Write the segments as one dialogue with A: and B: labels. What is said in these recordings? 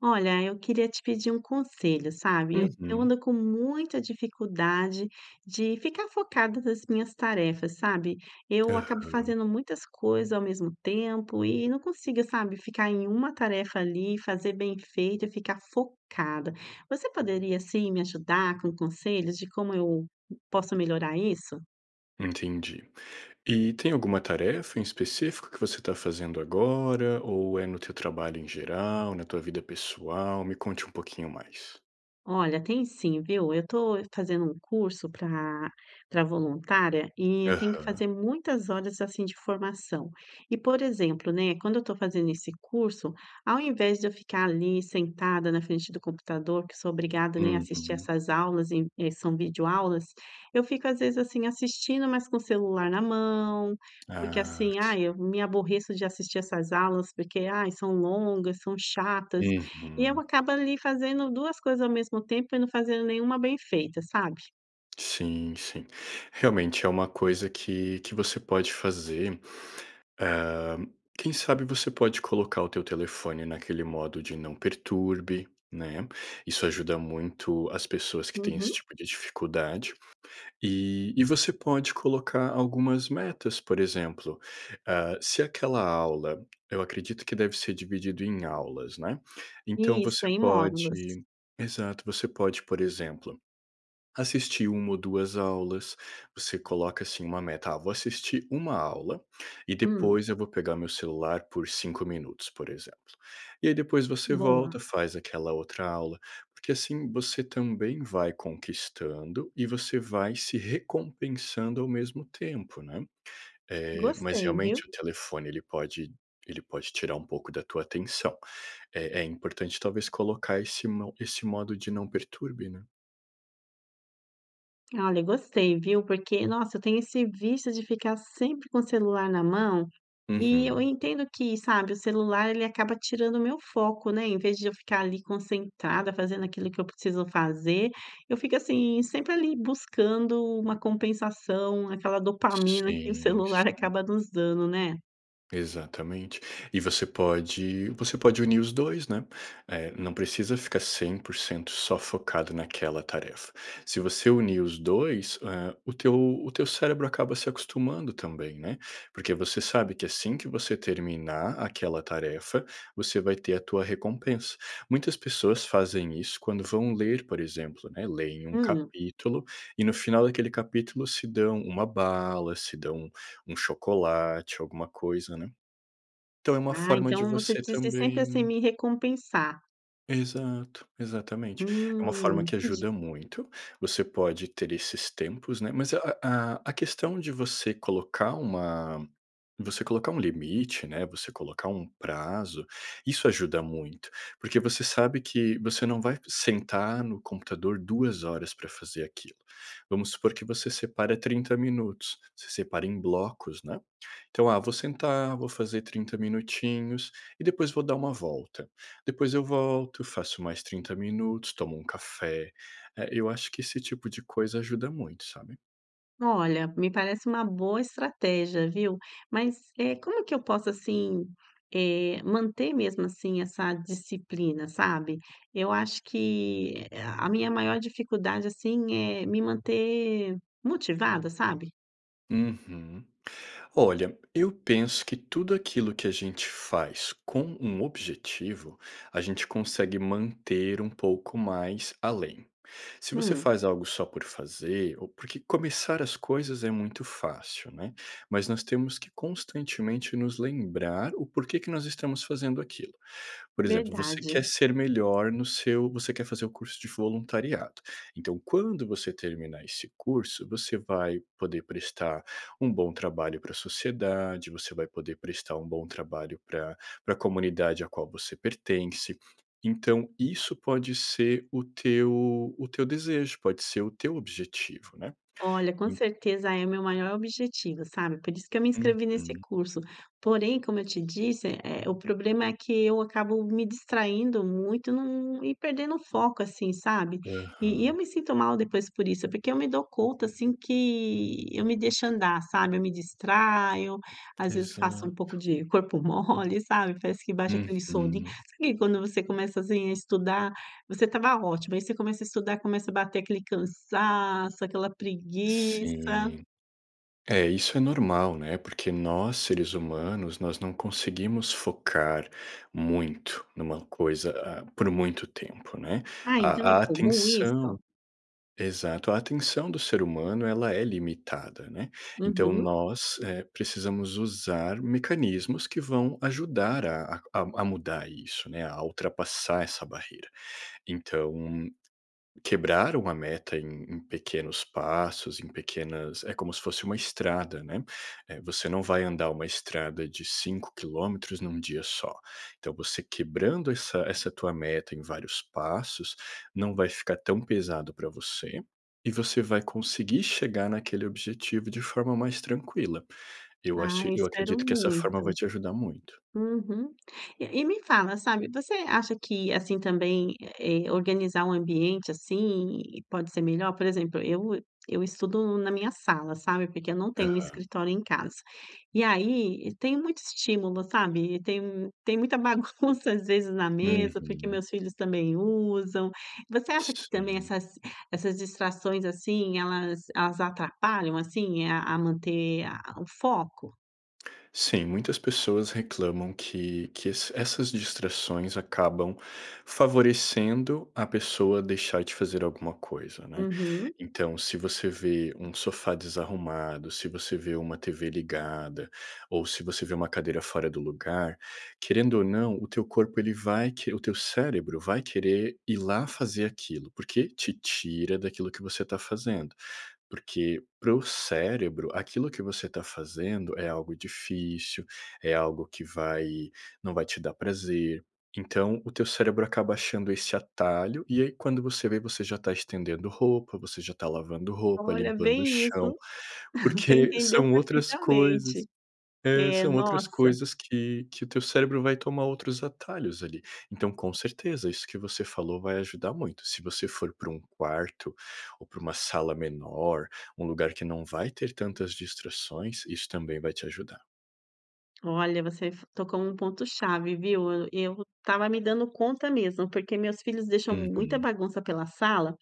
A: Olha, eu queria te pedir um conselho, sabe? Eu
B: Uhum.
A: ando com muita dificuldade de ficar focada nas minhas tarefas, sabe? Eu acabo
B: Aham.
A: fazendo muitas coisas ao mesmo tempo e não consigo, sabe, ficar em uma tarefa ali, fazer bem feito e ficar focada. Você poderia, assim, me ajudar com conselhos de como eu posso melhorar isso?
B: Entendi. E tem alguma tarefa em específico que você está fazendo agora, ou é no teu trabalho em geral, na tua vida pessoal? Me conte um pouquinho mais.
A: Olha, tem sim, viu. Eu tô fazendo um curso para voluntária e eu tenho que
B: Aham.
A: fazer muitas horas, assim, de formação. E, por exemplo, né, quando eu tô fazendo esse curso, ao invés de eu ficar ali sentada na frente do computador, que sou obrigada, né, a assistir
B: Uhum.
A: essas aulas em são videoaulas, eu fico, às vezes, assim, assistindo, mas com o celular na mão, porque,
B: Ah,
A: assim, ah, eu me aborreço de assistir essas aulas, porque, ai, são longas, são chatas. E eu
B: uhum.
A: acabo ali fazendo 2 coisas ao mesmo tempo e não fazendo nenhuma bem feita, sabe.
B: Sim, sim. Realmente é uma coisa que você pode fazer. Ah, quem sabe você pode colocar o teu telefone naquele modo de não perturbe, né? Isso ajuda muito as pessoas que têm esse
A: Uhum.
B: tipo de dificuldade. E você pode colocar algumas metas, por exemplo, ah, se aquela aula eu acredito que deve ser dividido em aulas, né, então você
A: Isso, é em módulos.
B: pode exato, você pode, por exemplo, assistir uma ou 2 aulas, você coloca assim uma meta: "Ah, vou assistir uma aula e
A: Hum,
B: depois eu vou pegar meu celular por 5 minutos", por exemplo. E aí depois você
A: boa.
B: volta, faz aquela outra aula, porque assim você também vai conquistando e você vai se recompensando ao mesmo tempo, né. Mas
A: Gostei,
B: realmente
A: viu.
B: o telefone ele pode tirar um pouco da tua atenção. É importante talvez colocar esse modo de não perturbe, né.
A: Olha, gostei, viu, porque, nossa, eu tenho esse vício de ficar sempre com o celular na mão e
B: Uhum.
A: eu entendo que, sabe, o celular ele acaba tirando o meu foco, né, em vez de eu ficar ali concentrada fazendo aquilo que eu preciso fazer, eu fico, assim, sempre ali buscando uma compensação, aquela dopamina que o
B: Sim,
A: celular
B: sim,
A: acaba nos dando, né.
B: exatamente. E você pode unir os 2 né, não precisa ficar 100% só focado naquela tarefa. Se você unir os 2 o teu cérebro acaba se acostumando também, né, porque você sabe que assim que você terminar aquela tarefa, você vai ter a tua recompensa. Muitas pessoas fazem isso quando vão ler, por exemplo, né, leem um
A: Hum.
B: capítulo e no final daquele capítulo se dão uma bala, se dão um chocolate, alguma coisa, né. Então é uma
A: Ah,
B: forma de
A: então você
B: você
A: diz de sempre, assim,
B: também
A: me recompensar.
B: exato, exatamente. É uma forma que
A: Entendi.
B: ajuda muito. Você pode ter esses tempos, né, mas a questão de você colocar uma você colocar um limite, né, você colocar um prazo, isso ajuda muito, porque você sabe que você não vai sentar no computador 2 horas para fazer aquilo. Vamos supor que você separa 30 minutos, você separa em blocos, né. Então: "Ah, vou sentar, vou fazer 30 minutinhos e depois vou dar uma volta". Depois eu volto, faço mais 30 minutos, tomo um café. Eu acho que esse tipo de coisa ajuda muito, sabe?
A: Olha, me parece uma boa estratégia, viu. Mas, é como que eu posso, assim, manter mesmo, assim, essa disciplina, sabe. Eu acho que é, a minha maior dificuldade, assim, é me manter motivada, sabe.
B: Uhum. Olha, eu penso que tudo aquilo que a gente faz com um objetivo, a gente consegue manter um pouco mais além. Se você
A: Hum,
B: faz algo só por fazer, ou porque começar as coisas é muito fácil, né? Mas nós temos que constantemente nos lembrar o porquê que nós estamos fazendo aquilo. Por exemplo, você quer
A: verdade.
B: ser melhor no seu você quer fazer o curso de voluntariado. Então, quando você terminar esse curso, você vai poder prestar um bom trabalho para a sociedade, você vai poder prestar um bom trabalho para a comunidade à qual você pertence. Então, isso pode ser o teu desejo, pode ser o teu objetivo, né.
A: Olha, com certeza é o meu maior objetivo, sabe, por isso que eu me inscrevi nesse
B: Uhum.
A: curso. Porém, como eu te disse, o problema é que eu acabo me distraindo muito num e perdendo o foco, assim, sabe. E eu
B: Aham.
A: me sinto mal depois por isso, porque eu me dou conta, assim, que eu me deixo andar, sabe, eu me distraio, às vezes faço um
B: Exato.
A: pouco de corpo mole, sabe, parece que baixa aquele soninho.
B: Uhum.
A: Sabe quando você começa, assim, a estudar você estava ótima, aí você começa a estudar, começa a bater aquele cansaço, aquela preguiça.
B: Sim. É, isso é normal, né? Porque nós, seres humanos, nós não conseguimos focar muito numa coisa, por muito tempo, né?
A: Ah, então é
B: A
A: comum isso?
B: atenção exato, a atenção do ser humano, ela é limitada, né? Então
A: Uhum.
B: nós, precisamos usar mecanismos que vão ajudar a mudar isso, né, a ultrapassar essa barreira. Então quebraram a meta em pequenos passos, em pequenas é como se fosse uma estrada, né, você não vai andar uma estrada de 5 km num dia só. Então você quebrando essa tua meta em vários passos, não vai ficar tão pesado para você, e você vai conseguir chegar naquele objetivo de forma mais tranquila.
A: Ah, eu
B: Eu
A: espero
B: acredito que essa forma vai
A: muito.
B: te ajudar muito.
A: Uhum. E me fala, sabe, você acha que, assim, também, organizar um ambiente, assim, pode ser melhor? Por exemplo, eu estudo na minha sala, sabe, porque eu não tenho um
B: Aham.
A: escritório em casa. E aí, tem muito estímulo, sabe, e tem muita bagunça, às vezes, na mesa, porque
B: Uhum.
A: meus filhos também usam. Você acha que também
B: Sim.
A: essas essas distrações, assim, elas atrapalham, assim, a manter a o foco?
B: Sim, muitas pessoas reclamam essas distrações acabam favorecendo a pessoa deixar de fazer alguma coisa, né?
A: Uhum.
B: Então, se você vê um sofá desarrumado, se você vê uma TV ligada, ou se você vê uma cadeira fora do lugar, querendo ou não, o teu corpo ele vai, o teu cérebro vai querer ir lá fazer aquilo, porque te tira daquilo que você está fazendo. Porque para o cérebro, aquilo que você está fazendo é algo difícil, é algo que vai não vai te dar prazer. Então, o teu cérebro acaba achando esse atalho, e aí quando você vê, você já está estendendo roupa, você já está lavando roupa,
A: Olha,
B: limpando o
A: bem
B: chão,
A: isso. Você
B: porque
A: entendeu
B: são outras coisas.
A: perfeitamente.
B: É,
A: É,
B: são outras
A: nossa,
B: coisas que o teu cérebro vai tomar outros atalhos ali. Então, com certeza, isso que você falou vai ajudar muito. Se você for para um quarto ou para uma sala menor, um lugar que não vai ter tantas distrações, isso também vai te ajudar.
A: olha, você f tocou um ponto chave, viu. Eu estava me dando conta mesmo, porque meus filhos deixam muita
B: Uhum,
A: bagunça pela sala,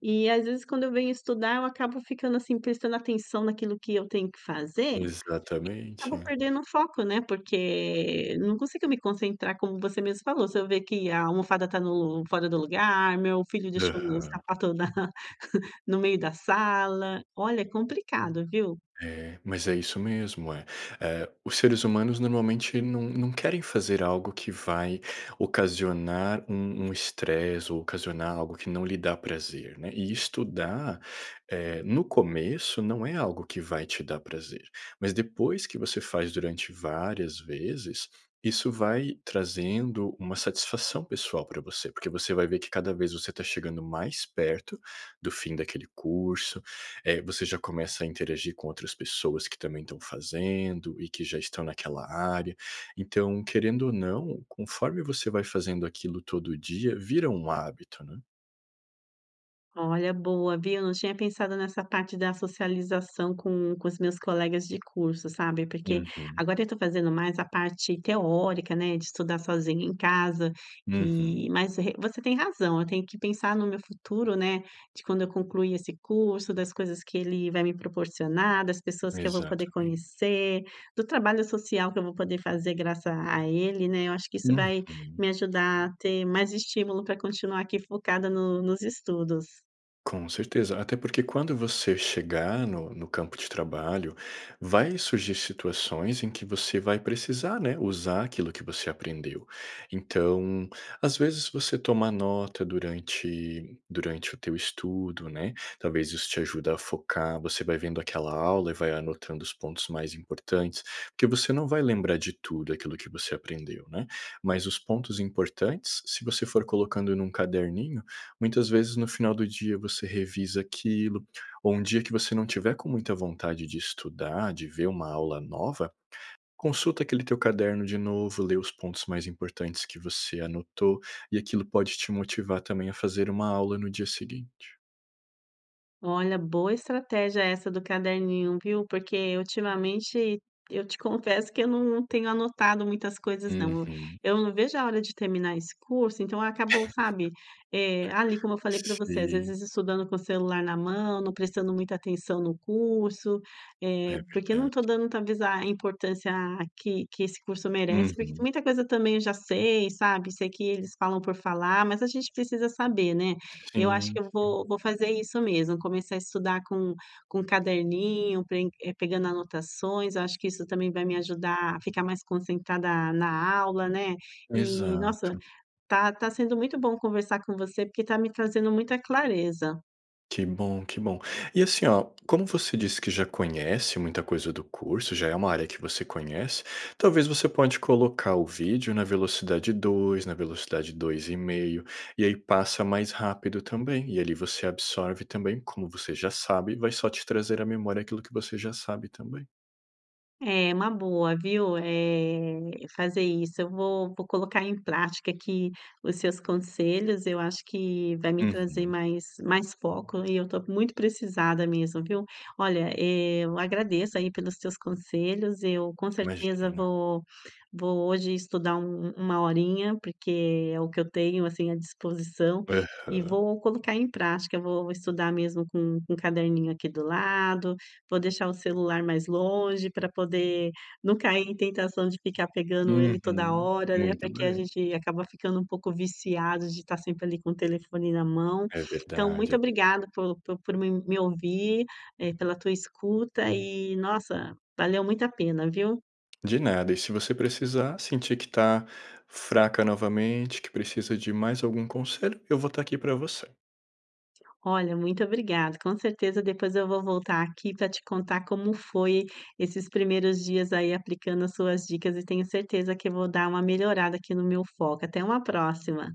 A: e às vezes quando eu venho estudar, eu acabo ficando, assim, prestando atenção naquilo que eu tenho que fazer,
B: exatamente.
A: acabo perdendo o foco, né, porque não consigo me concentrar, como você mesmo falou, se eu ver que a almofada tá no fora do lugar, meu filho deixou o
B: Aham.
A: sapato na no meio da sala. Olha, é complicado, viu.
B: É, mas é isso mesmo, é. Os seres humanos normalmente não querem fazer algo que vai ocasionar um estresse ou ocasionar algo que não lhe dá prazer, né. E estudar, no começo não é algo que vai te dar prazer, mas depois que você faz durante várias vezes, isso vai trazendo uma satisfação pessoal para você, porque você vai ver que cada vez você está chegando mais perto do fim daquele curso, você já começa a interagir com outras pessoas que também estão fazendo e que já estão naquela área. Então, querendo ou não, conforme você vai fazendo aquilo todo dia, vira um hábito, né.
A: Olha, boa, viu. Não tinha pensado nessa parte da socialização com os meus colegas de curso, sabe, porque
B: Uhum,
A: agora eu estou fazendo mais a parte teórica, né, de estudar sozinha em casa,
B: uhum,
A: e mas re você tem razão, eu tenho que pensar no meu futuro, né, de quando eu concluir esse curso, das coisas que ele vai me proporcionar, das pessoas que eu vou
B: exatamente.
A: poder conhecer, do trabalho social que eu vou poder fazer graças a ele, né. Eu acho que isso vai
B: Uhum.
A: me ajudar a ter mais estímulo para continuar aqui focada no nos estudos.
B: Com certeza, até porque quando você chegar no campo de trabalho, vai surgir situações em que você vai precisar, né, usar aquilo que você aprendeu. Então, às vezes você toma nota durante o teu estudo, né? Talvez isso te ajude a focar, você vai vendo aquela aula e vai anotando os pontos mais importantes, porque você não vai lembrar de tudo aquilo que você aprendeu, né? Mas os pontos importantes, se você for colocando num caderninho, muitas vezes no final do dia você revisa aquilo, ou um dia que você não tiver com muita vontade de estudar, de ver uma aula nova, consulta aquele teu caderno de novo, lê os pontos mais importantes que você anotou, e aquilo pode te motivar também a fazer uma aula no dia seguinte.
A: Olha, boa estratégia essa do caderninho, viu? Porque ultimamente eu te confesso que eu não tenho anotado muitas coisas, não. Eu
B: Uhum.
A: eu não vejo a hora de terminar esse curso, então acabou, sabe? Ali, como eu falei para você, às
B: Sim,
A: vezes estudando com o celular na mão, não prestando muita atenção no curso,
B: é
A: porque não estou
B: verdade.
A: dando talvez a importância que esse curso merece, porque
B: Uhum.
A: muita coisa também eu já sei, sabe? Sei que eles falam por falar, mas a gente precisa saber, né? Eu acho
B: Sim,
A: que eu
B: sim.
A: vou fazer isso mesmo, começar a estudar com um caderninho, pegando anotações, eu acho que isso também vai me ajudar a ficar mais concentrada na aula, né. E nossa,
B: Exato.
A: tá sendo muito bom conversar com você, porque tá me trazendo muita clareza.
B: Que bom, que bom. E assim, ó, como você disse que já conhece muita coisa do curso, já é uma área que você conhece, talvez você pode colocar o vídeo na velocidade 2, na velocidade 2,5, e meio, e aí passa mais rápido também. E ali você absorve também, como você já sabe, vai só te trazer à memória aquilo que você já sabe também.
A: É uma boa, viu, é fazer isso. Eu vou colocar em prática aqui os seus conselhos, eu acho que vai me trazer
B: Uhum,
A: mais mais foco e eu estou muito precisada mesmo, viu. Olha, eu agradeço aí pelos seus conselhos, eu com certeza
B: imagina.
A: vou hoje estudar uma horinha, porque é o que eu tenho, assim, à disposição, e
B: Aham.
A: vou colocar em prática. Eu vou estudar mesmo com um caderninho aqui do lado. Vou deixar o celular mais longe para poder não cair em tentação de ficar pegando ele toda
B: Uhum.
A: hora, né,
B: Muito
A: porque a
B: bem.
A: gente acaba ficando um pouco viciado de estar sempre ali com o telefone na mão.
B: É
A: Então, muito
B: verdade.
A: obrigada por me ouvir, pela tua escuta e, nossa, valeu muito a pena, viu.
B: De nada. E se você precisar, sentir que está fraca novamente, que precisa de mais algum conselho, eu vou estar aqui para você.
A: Olha, muito obrigada. Com certeza depois eu vou voltar aqui para te contar como foi esses primeiros dias aí aplicando as suas dicas e tenho certeza que eu vou dar uma melhorada aqui no meu foco. Até uma próxima.